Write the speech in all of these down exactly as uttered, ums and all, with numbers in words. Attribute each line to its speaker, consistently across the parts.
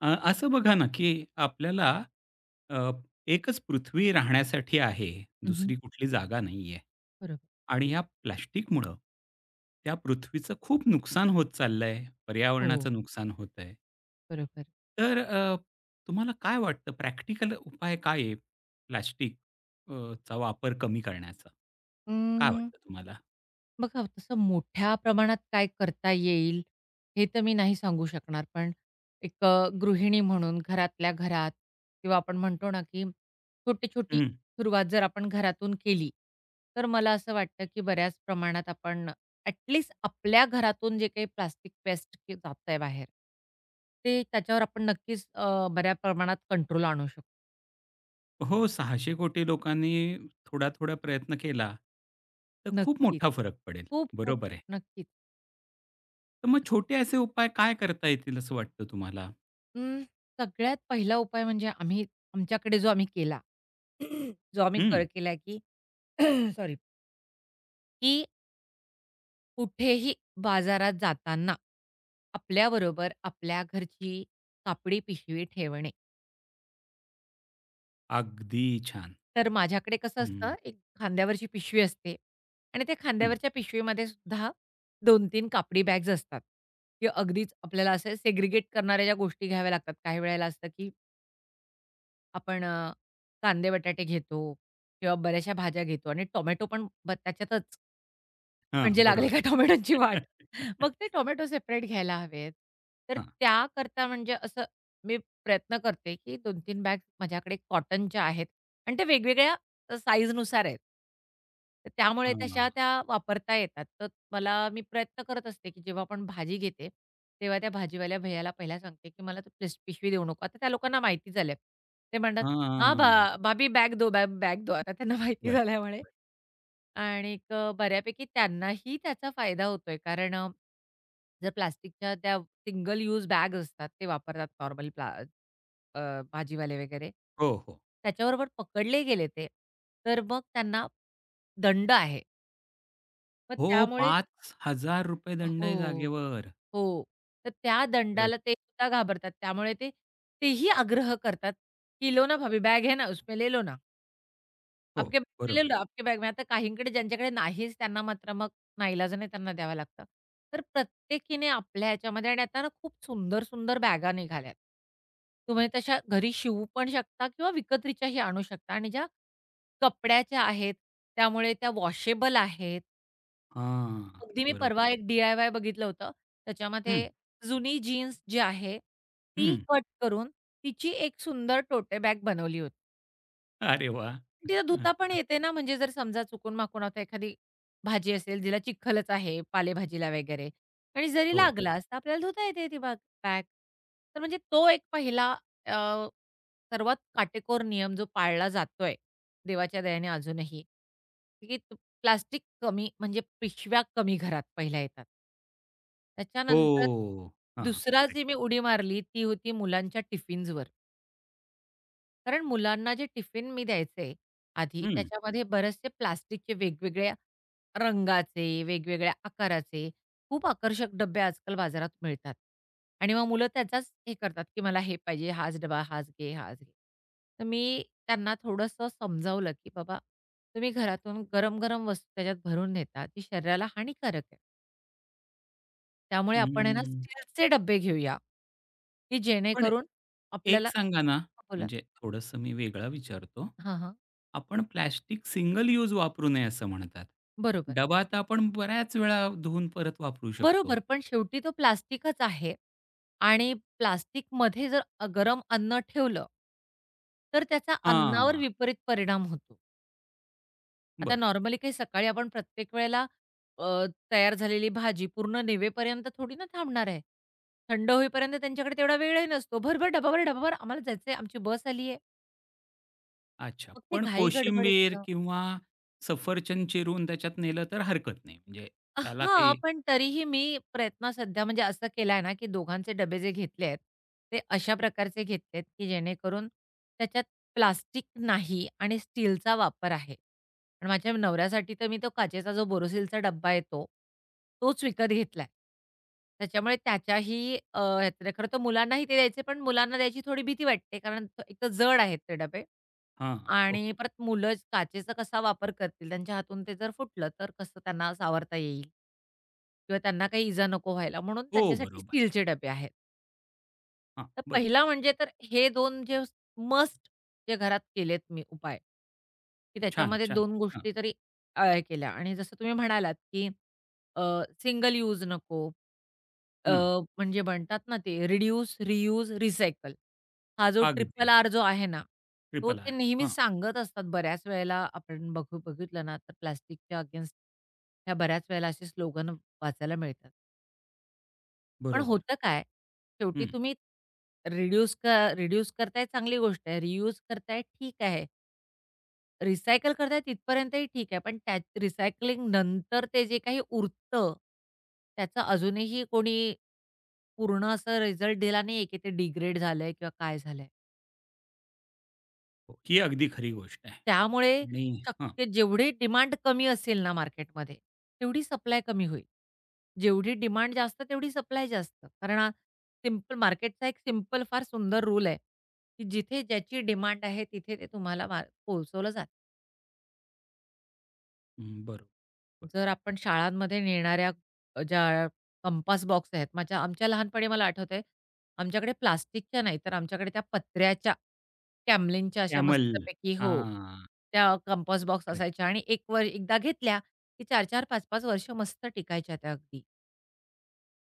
Speaker 1: अ, असं बघा ना, की आपल्याला अ, एकच पृथ्वी राहण्यासाठी आहे.
Speaker 2: हं, हं.
Speaker 1: दुसरी कुठली जागा नाहीये.
Speaker 2: बरोबर.
Speaker 1: आणि ह्या प्लास्टिकमुळं त्या पृथ्वीचं खूप नुकसान होत चाललंय.
Speaker 2: हो,
Speaker 1: पर्यावरणाचं नुकसान होतंय.
Speaker 2: बरोबर.
Speaker 1: तर अ, तुम्हाला काय वाटतं प्रॅक्टिकल उपाय काय आहे प्लास्टिक अ, ...चा वापर कमी करण्याचा? काय
Speaker 2: अं,
Speaker 1: वाटतं तुम्हाला?
Speaker 2: बघा तसं मोठ्या प्रमाणात काय करता येईल, हे तर मी नाही सांगू शकणार. पण एक अ, गृहिणी म्हणून घरातल्या घरात किंवा आपण म्हणतो ना, की छोटी-छोटी सुरुवात जर आपण घरातून केली, तर मला असं वाटतं, की बऱ्याच प्रमाणात आपण ॲट लीस्ट आपल्या घरातून जे काही प्लास्टिक वेस्ट जे जातंय बाहेर, ते त्याच्यावर आपण नक्कीच अ, बऱ्या प्रमाणात कंट्रोल आणू शकतो.
Speaker 1: हो, सहाशे कोटी लोकांनी थोडा-थोडा प्रयत्न केला, तर खूप
Speaker 2: नक्कीच.
Speaker 1: मोठा फरक पडेल.
Speaker 2: खूप-खूप.
Speaker 1: बरोबर आहे.
Speaker 2: नक्कीच.
Speaker 1: तर मग छोटे असे उपाय काय करता येतील असं वाटतं तुम्हाला?
Speaker 2: अं, सगळ्यात पहिला उपाय म्हणजे आम्ही आमच्याकडे जो आम्ही केला, जो आम्ही कर
Speaker 1: हं,
Speaker 2: केला, की सॉरी, की कुठेही बाजारात जाताना आपल्याबरोबर आपल्या घरची कापडी पिशवी ठेवणे.
Speaker 1: अगदी छान.
Speaker 2: तर माझ्याकडे कसं
Speaker 1: हं,
Speaker 2: असतं, एक खांद्यावरची पिशवी असते आणि त्या
Speaker 1: हं.
Speaker 2: खांद्यावरच्या पिशवीमध्ये सुद्धा दोन तीन कापडी बॅग्स असतात, की अगदीच आपल्याला असे सेग्रीगेट करणाऱ्या ज्या गोष्टी घ्याव्या लागतात. काही वेळेला असतं, की आपण अ, कांदे बटाटे घेतो किंवा बऱ्याचशा भाज्या घेतो आणि टोमॅटो पण ब त्याच्यातच.
Speaker 1: हां,
Speaker 2: म्हणजे लागली
Speaker 1: बरोबर.
Speaker 2: का टोमॅटोची वाट. मग ते टोमॅटो सेपरेट घ्यायला हवेत. तर
Speaker 1: हां,
Speaker 2: त्याकरता म्हणजे असं मी प्रयत्न करते, की दोन तीन बॅग माझ्याकडे कॉटनच्या आहेत आणि त्या वेगवेगळ्या अ, साईजनुसार आहेत. तर त्यामुळे
Speaker 1: हां,
Speaker 2: तशा त्या वापरता येतात. तर मला मी प्रयत्न करत असते, की जेव्हा आपण भाजी घेते, तेव्हा त्या भाजीवाल्या भैय्याला पहिला सांगते, की मला तू प्लीज पिशवी देऊ नको. आता त्या लोकांना माहिती झालंय. ते म्हणतात, "हां,
Speaker 1: हां.
Speaker 2: भा भाभी बॅग दो, बॅग बॅग दो." आता त्यांना माहिती
Speaker 1: बरं,
Speaker 2: झाल्यामुळे
Speaker 1: बरं.
Speaker 2: आणि अ, बऱ्यापैकी त्यांनाही त्याचा फायदा होतोय. कारण अ, जर प्लास्टिकच्या त्या सिंगल यूज बॅग असतात, ते वापरतात नॉर्मल प्ला अ, भाजीवाले वगैरे.
Speaker 1: हो, हो.
Speaker 2: त्याच्याबरोबर पकडले गेले ते, तर मग त्यांना दंड आहे. मग
Speaker 1: हो,
Speaker 2: त्यामुळे
Speaker 1: पाच हजार रुपये दंड आहे
Speaker 2: हो,
Speaker 1: जागेवर.
Speaker 2: हो. तर त्या
Speaker 1: खरंच.
Speaker 2: दंडाला ते सुद्धा घाबरतात. त्यामुळे ते तेही आग्रह करतात, की "लो ना भाभी बॅग है ना, उसमें ले लो ना."
Speaker 1: हो,
Speaker 2: आपके बैग में ले
Speaker 1: बरोबर.
Speaker 2: लो, आपके बैग में. आता काहींकडे ज्यांच्याकडे नाहीच त्यांना मात्र मग नाईलाजाने त्यांना द्यावं लागतं. तर प्रत्येकीने आपल्या ह्याच्यामध्ये आणि आता ना खूप सुंदर, सुंदर बॅगा निघाल्यात. तुम्ही तशा घरी शिवू पण शकता किंवा विकत्रीच्याही आणू शकता आणि ज्या कपड्याच्या आहेत, त्यामुळे त्या वॉशेबल आहेत.
Speaker 1: हां,
Speaker 2: अगदी मी
Speaker 1: बरोबर.
Speaker 2: परवा एक डी-आय-वाय बघितलं होतं.
Speaker 1: हं,
Speaker 2: त्याच्यामध्ये जुनी जीन्स जी आहे, ती
Speaker 1: हं.
Speaker 2: कट करून तिची एक सुंदर टोटे बॅग बनवली होती.
Speaker 1: अरे वाह!
Speaker 2: तिला
Speaker 1: हं.
Speaker 2: धुता पण येते ना, म्हणजे जर समजा चुकून-माकून आता एखादी भाजी असेल, जिला चिखलच आहे पालेभाजीला वगैरे आणि जरी हो.
Speaker 1: हो,
Speaker 2: लागलाच, तर आपल्याला धुता येते ती बाग बॅग. तर म्हणजे तो एक पहिला अ, सर्वात काटेकोर नियम जो पाळला जातोय, देवाच्या दयेने अजूनही, की प्लास्टिक कमी म्हणजे पिशव्या कमी घरात पहिल्या येतात.
Speaker 1: हो.
Speaker 2: त्याच्यानंतर
Speaker 1: हां,
Speaker 2: दुसरा
Speaker 1: करेक्ट.
Speaker 2: जी मी उडी मारली, ती होती मुलांच्या टिफिन्सवर. कारण मुलांना जे टिफिन मी द्यायचे आधी, त्याच्यामध्ये बरेचसे प्लास्टिकचे वेगवेगळ्या रंगाचे, वेगवेगळ्या आकाराचे खूप आकर्षक डब्बे आजकाल बाजारात मिळतात. आणि मग मुलं त्याचाच हे करतात, की मला हे पाहिजे, हाच डबा, हाच घे, हाच घे. तर मी त्यांना थोडंसं समजावलं, की "बाबा, तुम्ही घरातून गरम-गरम वस्तू त्याच्यात भरून नेता, ती शरीराला हानिकारक आहे. त्यामुळे आपण आहे ना,
Speaker 1: हम्म.
Speaker 2: स्टीलचे डब्बे घेऊया, की
Speaker 1: पण
Speaker 2: जेणेकरून
Speaker 1: एक
Speaker 2: आपल्याला"
Speaker 1: सांगा ना,
Speaker 2: हां, बोला.
Speaker 1: म्हणजे थोडंसं मी वेगळं विचारतो.
Speaker 2: हां, हां.
Speaker 1: आपण प्लास्टिक सिंगल यूज वापरू नये असं म्हणतात.
Speaker 2: बरोबर.
Speaker 1: डबा तर आपण बऱ्याच वेळा धुवून परत वापरू शकतो.
Speaker 2: बरोबर, पण शेवटी तो प्लास्टिकच आहे आणि प्लास्टिकमध्ये जर अ, गरम अन्न ठेवलं, तर त्याचा अन्नावर
Speaker 1: हां,
Speaker 2: विपरीत परिणाम होतो. आता
Speaker 1: बरं.
Speaker 2: नॉर्मली काही सकाळी आपण प्रत्येक वेळेला अ, तयार झालेली भाजी पूर्ण निवेपर्यंत थोडी ना थांबणार आहे. थंड होईपर्यंत त्यांच्याकडे तेवढा वेळही नसतो. भरभर, डबाभर, डबाभर आम्हाला जायचंय, आमची बस आली आहे.
Speaker 1: अच्छा.
Speaker 2: मग ते
Speaker 1: पण
Speaker 2: घाई
Speaker 1: कोशिंबीर
Speaker 2: गडबडीतनं
Speaker 1: किंवा सफरचंद चिरून त्याच्यात नेलं तर हरकत नाही. म्हणजे
Speaker 2: अ,
Speaker 1: त्याला
Speaker 2: हां,
Speaker 1: काही
Speaker 2: पण तरीही मी प्रयत्न सध्या म्हणजे असं केलाय ना, की दोघांचे डबे जे घेतले आहेत, ते अशा प्रकारचे घेतलेत, की जेणेकरून त्याच्यात प्लास्टिक नाही आणि स्टीलचा वापर आहे. पण माझ्या नवऱ्यासाठी तर मी तो काचेचा जो बोरोसिलचा डब्बा येतो, तोच विकत घेतलाय. त्याच्यामुळे त्याच्याही अ, ह्यात खरं तर मुलांनाही ते द्यायचे, पण मुलांना द्यायची थोडी भीती वाटते. कारण तो- एक तर जड आहेत ते डबे
Speaker 1: हां. ओ
Speaker 2: आणि परत मुलं काचेचा कसा वापर करतील? त्यांच्या हातून ते जर फुटलं, तर कसं त्यांना सावरता येईल? किंवा त्यांना काही इजा नको व्हायला म्हणून
Speaker 1: हो,
Speaker 2: त्यांच्यासाठी
Speaker 1: बरोबर.
Speaker 2: स्टीलचे डबे आहेत.
Speaker 1: हां,
Speaker 2: तर
Speaker 1: बरोबर.
Speaker 2: पहिला म्हणजे तर हे दोन जे मस्ट जे घरात केलेत मी उपाय, की
Speaker 1: छान,
Speaker 2: त्याच्यामध्ये
Speaker 1: छान.
Speaker 2: दोन
Speaker 1: हां,
Speaker 2: गोष्टी तरी अ, केल्या आणि जसं तुम्ही म्हणालात, की सिंगल यूज नको अ,
Speaker 1: हं.
Speaker 2: म्हणजे म्हणतात ना ते रिड्यूस, रियूज, रिसायकल हा जो ट्रिपल
Speaker 1: अगदी
Speaker 2: आर जो आहे ना, तो
Speaker 1: ट्रिपल
Speaker 2: ते
Speaker 1: आर. हां,
Speaker 2: नेहमीच सांगत असतात. बऱ्याच वेळेला आपण बघू बघितलं ना, तर प्लास्टिकच्या अगेन्स्ट ह्या बऱ्याच वेळेला असे स्लोगन वाचायला मिळतात. पण
Speaker 1: बरोबर,
Speaker 2: होतं
Speaker 1: बरोबर.
Speaker 2: काय, शेवटी
Speaker 1: हं.
Speaker 2: तुम्ही रिड्यूस क रिड्यूस करताय चांगली गोष्ट आहे, रियूज करताय ठीक आहे, रिसायकल करताय तिथपर्यंतही ठीक आहे. पण त्या रिसायकलिंग नंतर ते जे काही उरतं, त्याचा अजूनही कोणी पूर्ण असा रिझल्ट दिला नाहीये, की ते डिग्रेड झालंय किंवा काय झालंय.
Speaker 1: हो, ही अगदी खरी गोष्ट आहे
Speaker 2: त्यामुळे
Speaker 1: आणि हां.
Speaker 2: शक्य जेवढी डिमांड कमी असेल ना मार्केटमध्ये, तेवढी सप्लाय कमी होईल. जेवढी डिमांड जास्त, तेवढी सप्लाय जास्त. कारण हा सिंपल मार्केटचा एक सिंपल फार सुंदर रूल आहे, की जिथे ज्याची डिमांड आहे, तिथे ते तुम्हाला मा पोहोचवलं जातं.
Speaker 1: हं, बरोबर. बरोबर.
Speaker 2: जर आपण शाळांमध्ये नेणाऱ्या अ, ज्या कंपास बॉक्स आहेत, माझ्या आमच्या लहानपणी मला आठवतंय, आमच्याकडे प्लास्टिकच्या नाही, तर आमच्याकडे त्या पत्र्याच्या, कॅम्लिनच्या अशा
Speaker 1: कॅमल
Speaker 2: मस्तपैकी हो,
Speaker 1: हां,
Speaker 2: त्या कंपास बॉक्स
Speaker 1: करेक्ट.
Speaker 2: असायच्या आणि एक वर एकदा घेतल्या, की चार चार, पाच पाच वर्ष मस्त टिकायच्या त्या अगदी.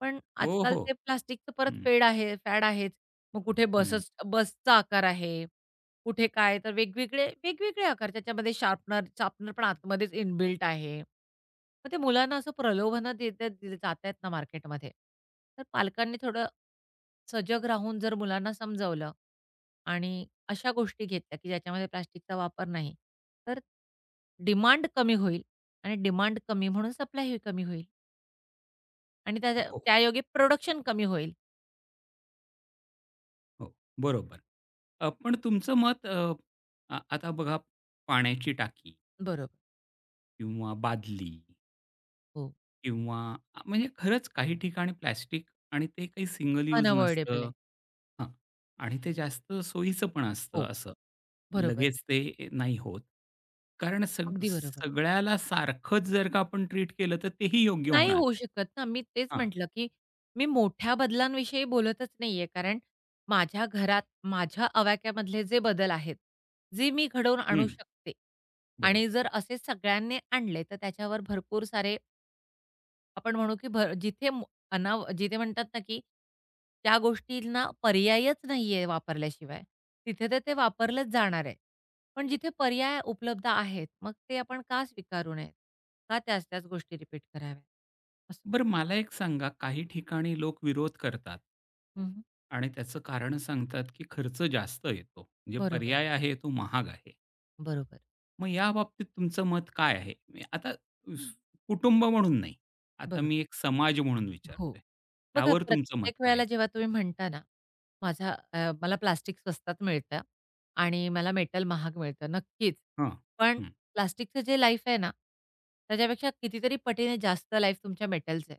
Speaker 2: पण
Speaker 1: हो,
Speaker 2: आजकाल
Speaker 1: हो.
Speaker 2: ते प्लास्टिकचं परत
Speaker 1: हं,
Speaker 2: फेड आहे फॅड आहेच. मग कुठे
Speaker 1: हं.
Speaker 2: बसच बसचा आकार आहे, कुठे काय तर वेगवेगळे वेगवेगळे आकार त्याच्यामध्ये शार्पनर शार्पनर पण आतमध्येच इनबिल्ट आहे. मग ते मुलांना असं प्रलोभनं देतात दिले जात आहेत ना मार्केटमध्ये. तर पालकांनी थोडं सजग राहून जर मुलांना समजावलं आणि अशा गोष्टी घेतल्या, की ज्याच्यामध्ये प्लास्टिकचा वापर नाही, तर डिमांड कमी होईल आणि डिमांड कमी म्हणून सप्लायही कमी होईल आणि त्या
Speaker 1: हो,
Speaker 2: त्यायोगे प्रोडक्शन कमी होईल.
Speaker 1: हो. बरोबर. अ, पण तुमचं मत अ, आ आता बघा पाण्याची टाकी
Speaker 2: बरोबर.
Speaker 1: किंवा बादली
Speaker 2: हो.
Speaker 1: किंवा अ, म्हणजे खरंच काही ठिकाणी प्लास्टिक आणि ते काही सिंगल यूज
Speaker 2: अनअव्हॉइडेबल
Speaker 1: नसतं
Speaker 2: आहे.
Speaker 1: हां. आणि ते जास्त सोयीचं पण असतं
Speaker 2: हो.
Speaker 1: असं.
Speaker 2: बरोबर.
Speaker 1: लगेच ते नाही होत. कारण सग
Speaker 2: अगदी बरोबर.
Speaker 1: सगळ्याला सारखंच जर का आपण ट्रीट केलं तर तेही योग्य
Speaker 2: नाही
Speaker 1: होणार
Speaker 2: होऊ शकत ना. मी तेच
Speaker 1: हां.
Speaker 2: म्हटलं, की मी मोठ्या बदलांविषयी बोलतच नाहीये. कारण माझ्या घरात माझ्या आवाक्यामधले जे बदल आहेत, जे मी घडवून आणू शकते आणि
Speaker 1: बरोबर.
Speaker 2: जर असे सगळ्यांनी आणले, तर त्याच्यावर भरपूर सारे आपण म्हणू की भर जिथे मो अनाव जिथे म्हणतात ना, की त्या गोष्टींना पर्यायच नाहीये वापरल्याशिवाय, तिथे तर ते वापरलंच जाणार आहे. पण जिथे पर्याय उपलब्ध आहेत, मग ते आपण का स्वीकारू नयेत? का त्याच-त्याच गोष्टी रिपीट कराव्यात? असं.
Speaker 1: बरं मला एक सांगा, काही ठिकाणी लोक विरोध करतात.
Speaker 2: हं, हं.
Speaker 1: आणि त्याचं कारण सांगतात, की खर्च जास्त येतो. म्हणजे
Speaker 2: बरोबर,
Speaker 1: पर्याय आहे तो महाग आहे.
Speaker 2: बरोबर,
Speaker 1: मग याबाबतीत तुमचं मत काय आहे? मी आता स हं. कुटुंब म्हणून नाही. आता मी
Speaker 2: बरोबर.
Speaker 1: एक समाज म्हणून
Speaker 2: हो.
Speaker 1: विचारतोय.
Speaker 2: बघा
Speaker 1: त्यावर तुमचं मत
Speaker 2: प्रत्येक
Speaker 1: काय
Speaker 2: वेळेला
Speaker 1: आहे?
Speaker 2: जेव्हा तुम्ही म्हणता ना, माझा अ, मला प्लास्टिक स्वस्तात मिळतं आणि मला मेटल महाग मिळतं. नक्कीच.
Speaker 1: हां.
Speaker 2: पण
Speaker 1: हं.
Speaker 2: प्लास्टिकचं जे लाईफ आहे ना, त्याच्यापेक्षा कितीतरी पटीने जास्त लाईफ तुमच्या मेटलचं आहे.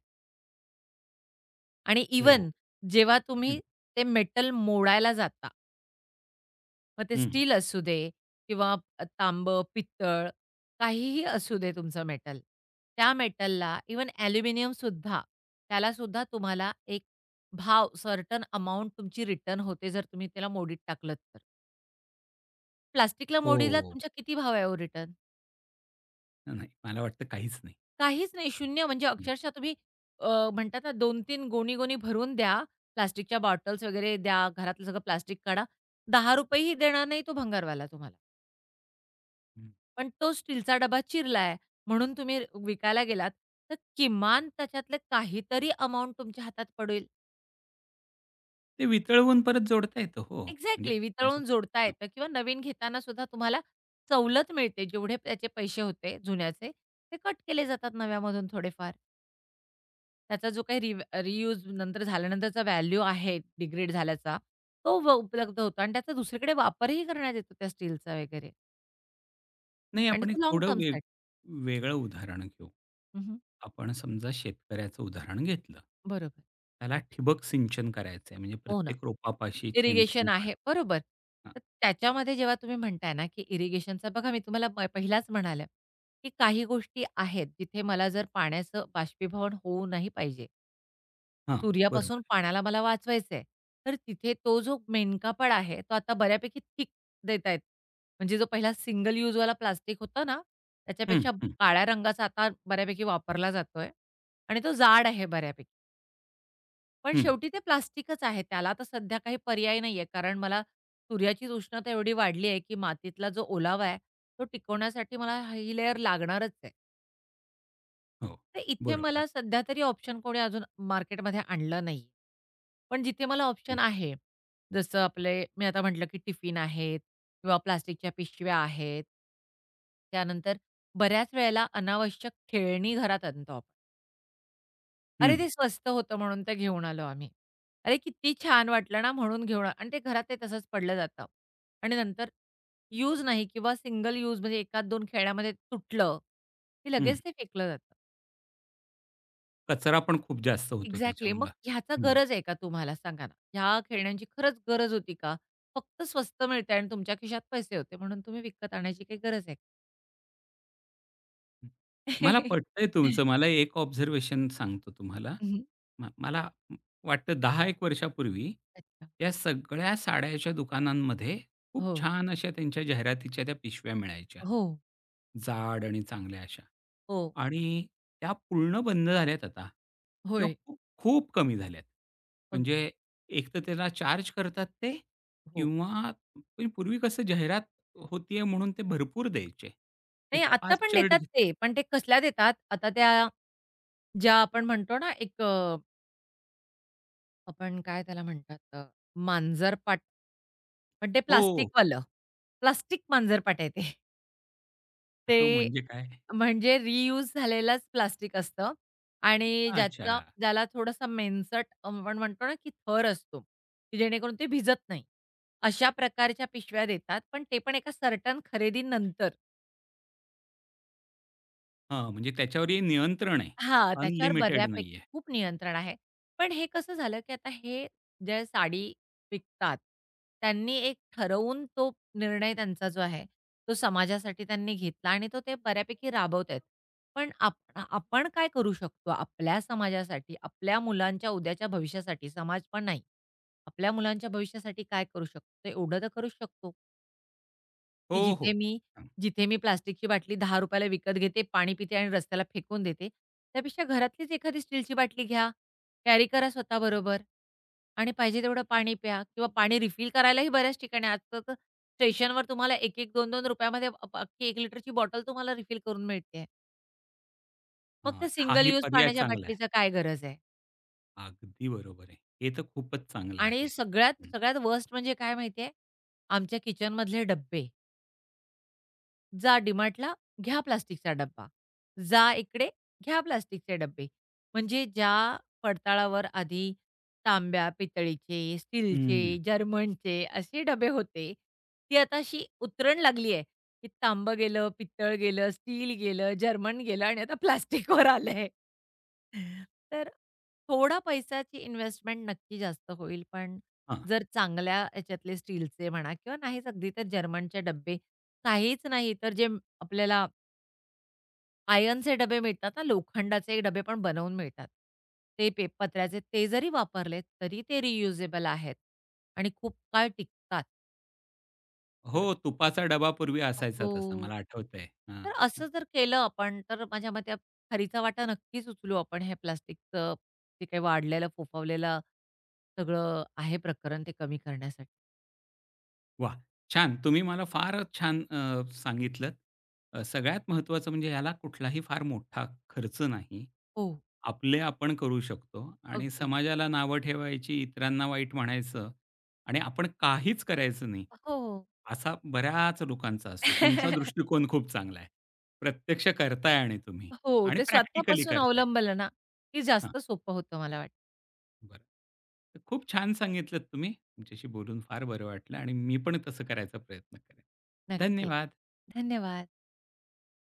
Speaker 2: आणि
Speaker 1: हो.
Speaker 2: इव्हन जेव्हा तुम्ही
Speaker 1: हं,
Speaker 2: ते मेटल मोडायला जाता मग ते
Speaker 1: हं.
Speaker 2: स्टील असू दे किंवा तांबं, पित्तळ काहीही असू दे तुमचं मेटल. त्या मेटलला इव्हन ॲल्युमिनियमसुद्धा, त्यालासुद्धा तुम्हाला एक भाव सर्टन अमाउंट तुमची रिटर्न होते जर तुम्ही त्याला मोडीत टाकलत तर. प्लास्टिकला मोडीला
Speaker 1: हो.
Speaker 2: तुमच्या किती भाव आहे हो रिटर्न?
Speaker 1: नाही, मला वाटतं काहीच नाही.
Speaker 2: काहीच नाही. शून्य म्हणजे अक्षरशः तुम्ही अ, म्हणतात ना दोन तीन गोणी-गोणी भरून द्या. प्लास्टिकच्या बॉटल्स वगैरे द्या. घरातलं सगळं प्लास्टिक काढा. ₹10ही देणार नाही तो भंगारवाला तुम्हाला.
Speaker 1: हं.
Speaker 2: पण तो स्टीलचा डबा चिरलाय, म्हणून तुम्ही विकायला गेलात, तर किमान त्याच्यातले काहीतरी अमाउंट तुमच्या हातात पडेल.
Speaker 1: ते वितळवून परत जोडता येतं हो. म्हणजे
Speaker 2: एक्झॅक्टली वितळून जोडता येतं किंवा नवीन घेताना सुद्धा तुम्हाला सवलत मिळते. जेवढे त्याचे पैसे होते जुन्याचे, ते कट केले जातात नव्यामधून थोडेफार. त्याचा जो काही रि रियूज नंतर झाल्यानंतरचा व्हॅल्यू आहे डिग्रेड झाल्याचा, तो व उपलब्ध होतो आणि त्याचा दुसरीकडे वापरही करण्यात येतो त्या स्टीलचा वगैरे
Speaker 1: नाही,
Speaker 2: आणि
Speaker 1: आपण एक
Speaker 2: तो लाँग
Speaker 1: थोडं वेग
Speaker 2: टर्मसाठी.
Speaker 1: वेगळं उदाहरण घेऊ.
Speaker 2: हं, हं.
Speaker 1: आपण समजा शेतकऱ्याचं उदाहरण घेतलं.
Speaker 2: बरोबर.
Speaker 1: त्याला ठिबक सिंचन करायचंय म्हणजे
Speaker 2: हो ना.
Speaker 1: प्रत्येक रोपापाशी थेंब-थेंब
Speaker 2: इरिगेशन
Speaker 1: पाणी.
Speaker 2: आहे, बरोबर.
Speaker 1: हां,
Speaker 2: तर त्याच्यामध्ये जेव्हा तुम्ही म्हणताय ना, की इरिगेशनचा बघा मी तुम्हाला प पहिलाच म्हणाले, की काही गोष्टी आहेत जिथे मला जर पाण्याचं बाष्पीभवन होऊ नाही पाहिजे.
Speaker 1: हां,
Speaker 2: सूर्यापासून
Speaker 1: बरोबर.
Speaker 2: पाण्याला मला वाचवायचंय. तर तिथे तो जो मेनकापड आहे, तो आता बऱ्यापैकी थिक देत आहेत. म्हणजे जो पहिला सिंगल यूजवाला प्लास्टिक होता ना,
Speaker 1: हं,
Speaker 2: त्याच्यापेक्षा
Speaker 1: हं,
Speaker 2: काळ्या रंगाचा आता बऱ्यापैकी वापरला जातोय आणि तो जाड आहे बऱ्यापैकी. पण
Speaker 1: हं.
Speaker 2: शेवटी ते प्लास्टिकच आहे. त्याला तर सध्या काही पर्याय नाहीये. कारण मला सूर्याची उष्णता एवढी वाढली आहे, की मातीतला जो ओलावा आहे, तो टिकवण्यासाठी मला ही लेयर लागणारच आहे.
Speaker 1: हो,
Speaker 2: तर इथे
Speaker 1: बरोबर.
Speaker 2: मला सध्या तरी ऑप्शन कोणी अजून मार्केटमध्ये आणलं नाही. पण जिथे मला
Speaker 1: हं,
Speaker 2: ऑप्शन आहे, जसं आपले मी आता म्हटलं, की टिफिन आहेत किंवा प्लास्टिकच्या पिशव्या आहेत. त्यानंतर बऱ्याच वेळेला अनावश्यक खेळणी घरात आणतो आपण. अरे,
Speaker 1: हं,
Speaker 2: ते स्वस्त होतं म्हणून ते घेऊन आलो आम्ही. अरे, किती छान वाटलं ना म्हणून घेऊन आ आणि ते घरात ते तसंच पडलं जातं. आणि नंतर यूज नाही किंवा सिंगल यूज म्हणजे एक दोन खेळण्यामध्ये तुटलं, की
Speaker 1: हं.
Speaker 2: लगेच ते फेकलं जातं.
Speaker 1: कचरा पण खूप जास्त होतो
Speaker 2: एक्झॅक्टली. मग
Speaker 1: त्याच्यामुळं.
Speaker 2: ह्याचा गरज आहे का तुम्हाला सांगा ना? ह्या खेळण्यांची खरंच गरज होती का? फक्त स्वस्त मिळतंय आणि तुमच्या खिशात पैसे होते म्हणून तुम्ही विकत आणायची काही गरज आहे?
Speaker 1: हं. मला पटतंय तुमचं. मला एक ऑब्झर्वेशन सांगतो तुम्हाला.
Speaker 2: हं, हं.
Speaker 1: म मला वाटतं दहा एक वर्षापूर्वी
Speaker 2: अच्छा.
Speaker 1: त्या सगळ्या साड्याच्या दुकानांमध्ये खूप
Speaker 2: हो.
Speaker 1: छान अशा त्यांच्या जाहिरातीच्या त्या पिशव्या मिळायच्या.
Speaker 2: हो.
Speaker 1: जाड आणि चांगल्या अशा.
Speaker 2: हो.
Speaker 1: आणि त्या पूर्ण बंद झाल्यात आता किंवा
Speaker 2: होय.
Speaker 1: खूप, खूप कमी झाल्यात.
Speaker 2: अग
Speaker 1: म्हणजे एक तर त्याला चार्ज करतात ते
Speaker 2: हो.
Speaker 1: किंवा पण पूर्वी कसं जाहिरात होतीये म्हणून ते भरपूर द्यायचे. ते
Speaker 2: नाही आता
Speaker 1: पाच
Speaker 2: पण
Speaker 1: शर्ट
Speaker 2: देतात ते, पण ते कसल्या देतात, आता त्या ज्या आपण म्हणतो ना एक अ, आपण काय त्याला म्हणतात अ, मांजरपाट पण ते
Speaker 1: हो.
Speaker 2: प्लास्टिकवालं. प्लास्टिक मांजरपाट आहे ते. ते
Speaker 1: हं, म्हणजे काय?
Speaker 2: म्हणजे रियूज झालेलंच प्लास्टिक असतं आणि
Speaker 1: अच्छा.
Speaker 2: ज्याचा ज्याला थोडासा मेनसट आपण म्हणतो ना की थर असतो, की जेणेकरून ते भिजत नाही. अशा प्रकारच्या पिशव्या देतात, पण ते पण एका सर्टन खरेदीनंतर.
Speaker 1: हां, म्हणजे त्याच्यावरही नियंत्रण आहे.
Speaker 2: हां, त्याच्यावर
Speaker 1: अनलिमिटेड नाहीये.
Speaker 2: बऱ्यापैकी खूप नियंत्रण आहे. पण हे कसं झालं, की आता हे ज्या साडी विकतात, त्यांनी एक ठरवून तो निर्णय त्यांचा जो आहे, तो समाजासाठी त्यांनी घेतला आणि तो ते बऱ्यापैकी राबवत आहेत. पण आप आपण काय करू शकतो आपल्या समाजासाठी, आपल्या मुलांच्या उद्याच्या भविष्यासाठी, समाज पण नाही. आपल्या मुलांच्या भविष्यासाठी काय करू शकतो? एवढं तर करूच शकतो. की
Speaker 1: हो, हो.
Speaker 2: जिथे मी जिथे मी प्लास्टिकची बाटली ₹दहा ला विकत घेते, पाणी पिते आणि रस्त्याला फेकून देते. त्यापेक्षा घरातलीच एखादी स्टीलची बाटली घ्या, कॅरी करा स्वतःबरोबर आणि पाहिजे तेवढं पाणी प्या किंवा पाणी रिफिल करायलाही बऱ्याच ठिकाणी आजकाल तर स्टेशनवर तुम्हाला ₹एक एक, ₹दोन दोन मध्ये अप अख्खी एक लिटरची बॉटल तुम्हाला रिफिल करून मिळते. मग
Speaker 1: हां,
Speaker 2: त्या सिंगल
Speaker 1: हाही
Speaker 2: यूज
Speaker 1: पर्याय
Speaker 2: पाण्याच्या
Speaker 1: चांगला आहे.
Speaker 2: बाटलीचा काय गरज आहे?
Speaker 1: अगदी बरोबर आहे. हे तर खूपच चांगलं आहे.
Speaker 2: आणि सगळ्यात
Speaker 1: हं,
Speaker 2: सगळ्यात वर्स्ट म्हणजे काय माहिती आमच्या किचनमधले डब्बे. जा DMartला, घ्या प्लास्टिकचा डब्बा. जा इकडे, घ्या प्लास्टिकचे डब्बे. म्हणजे ज्या पडताळावर आधी तांब्या, पितळीचे, स्टीलचे,
Speaker 1: हं.
Speaker 2: जर्मनचे असे डबे होते, ती आता अशी उतरण लागली आहे, की तांबं गेलं, पितळ गेलं, स्टील गेलं, जर्मन गेलं आणि आता प्लास्टिकवर आलंय. तर थोडा पैशाची इन्व्हेस्टमेंट नक्की जास्त होईल, पण
Speaker 1: हां.
Speaker 2: जर चांगल्या ह्याच्यातले स्टीलचे म्हणा किंवा नाहीच अगदी तर जर्मनचे डब्बे काहीच नाही. तर जे आपल्याला आयर्नचे डबे मिळतात ना, लोखंडाचे डबे पण बनवून मिळतात. ते पे पत्र्याचे ते जरी वापरले तरी ते रियुजेबल आहेत आणि खूप काळ टिकतात. तर
Speaker 1: हो, तुपाचा डबा पूर्वी असायचा तसा
Speaker 2: हो.
Speaker 1: मला आठवतंय. हां.
Speaker 2: तर असं जर केलं आपण तर माझ्या मते खरीचा वाटा नक्कीच उचलू आपण हे प्लास्टिकचं जे काही वाढलेलं, फोफावलेलं सगळं आहे प्रकरण ते कमी करण्यासाठी.
Speaker 1: वाह! छान. तुम्ही मला फारच छान अ, सांगितलत. अ, सगळ्यात महत्त्वाचं म्हणजे ह्याला कुठलाही फार मोठा खर्च नाही.
Speaker 2: हो,
Speaker 1: आपले आपण करू शकतो आणि
Speaker 2: अगदी.
Speaker 1: समाजाला नावं ठेवायची, इतरांना वाईट म्हणायचं आणि आपण काहीच करायचं नाही,
Speaker 2: हो, हो.
Speaker 1: असा बऱ्याच लोकांचा असतो. तुमचा दृष्टिकोन खूप चांगला आहे. प्रत्यक्ष करताय आणि तुम्ही
Speaker 2: हो,
Speaker 1: आणि
Speaker 2: ते
Speaker 1: प्रॅक्टिकली
Speaker 2: स्वतःपासून
Speaker 1: करताय.
Speaker 2: अवलंबलं ना, की जास्त सोपं होतं मला वाटतं.
Speaker 1: बरं. तर खूप छान सांगितलत तुम्ही. तुमच्याशी बोलून फार बरं वाटलं आणि मी पण तसं करायचा प्रयत्न करेन.
Speaker 2: नक्की.
Speaker 1: धन्यवाद.
Speaker 2: धन्यवाद.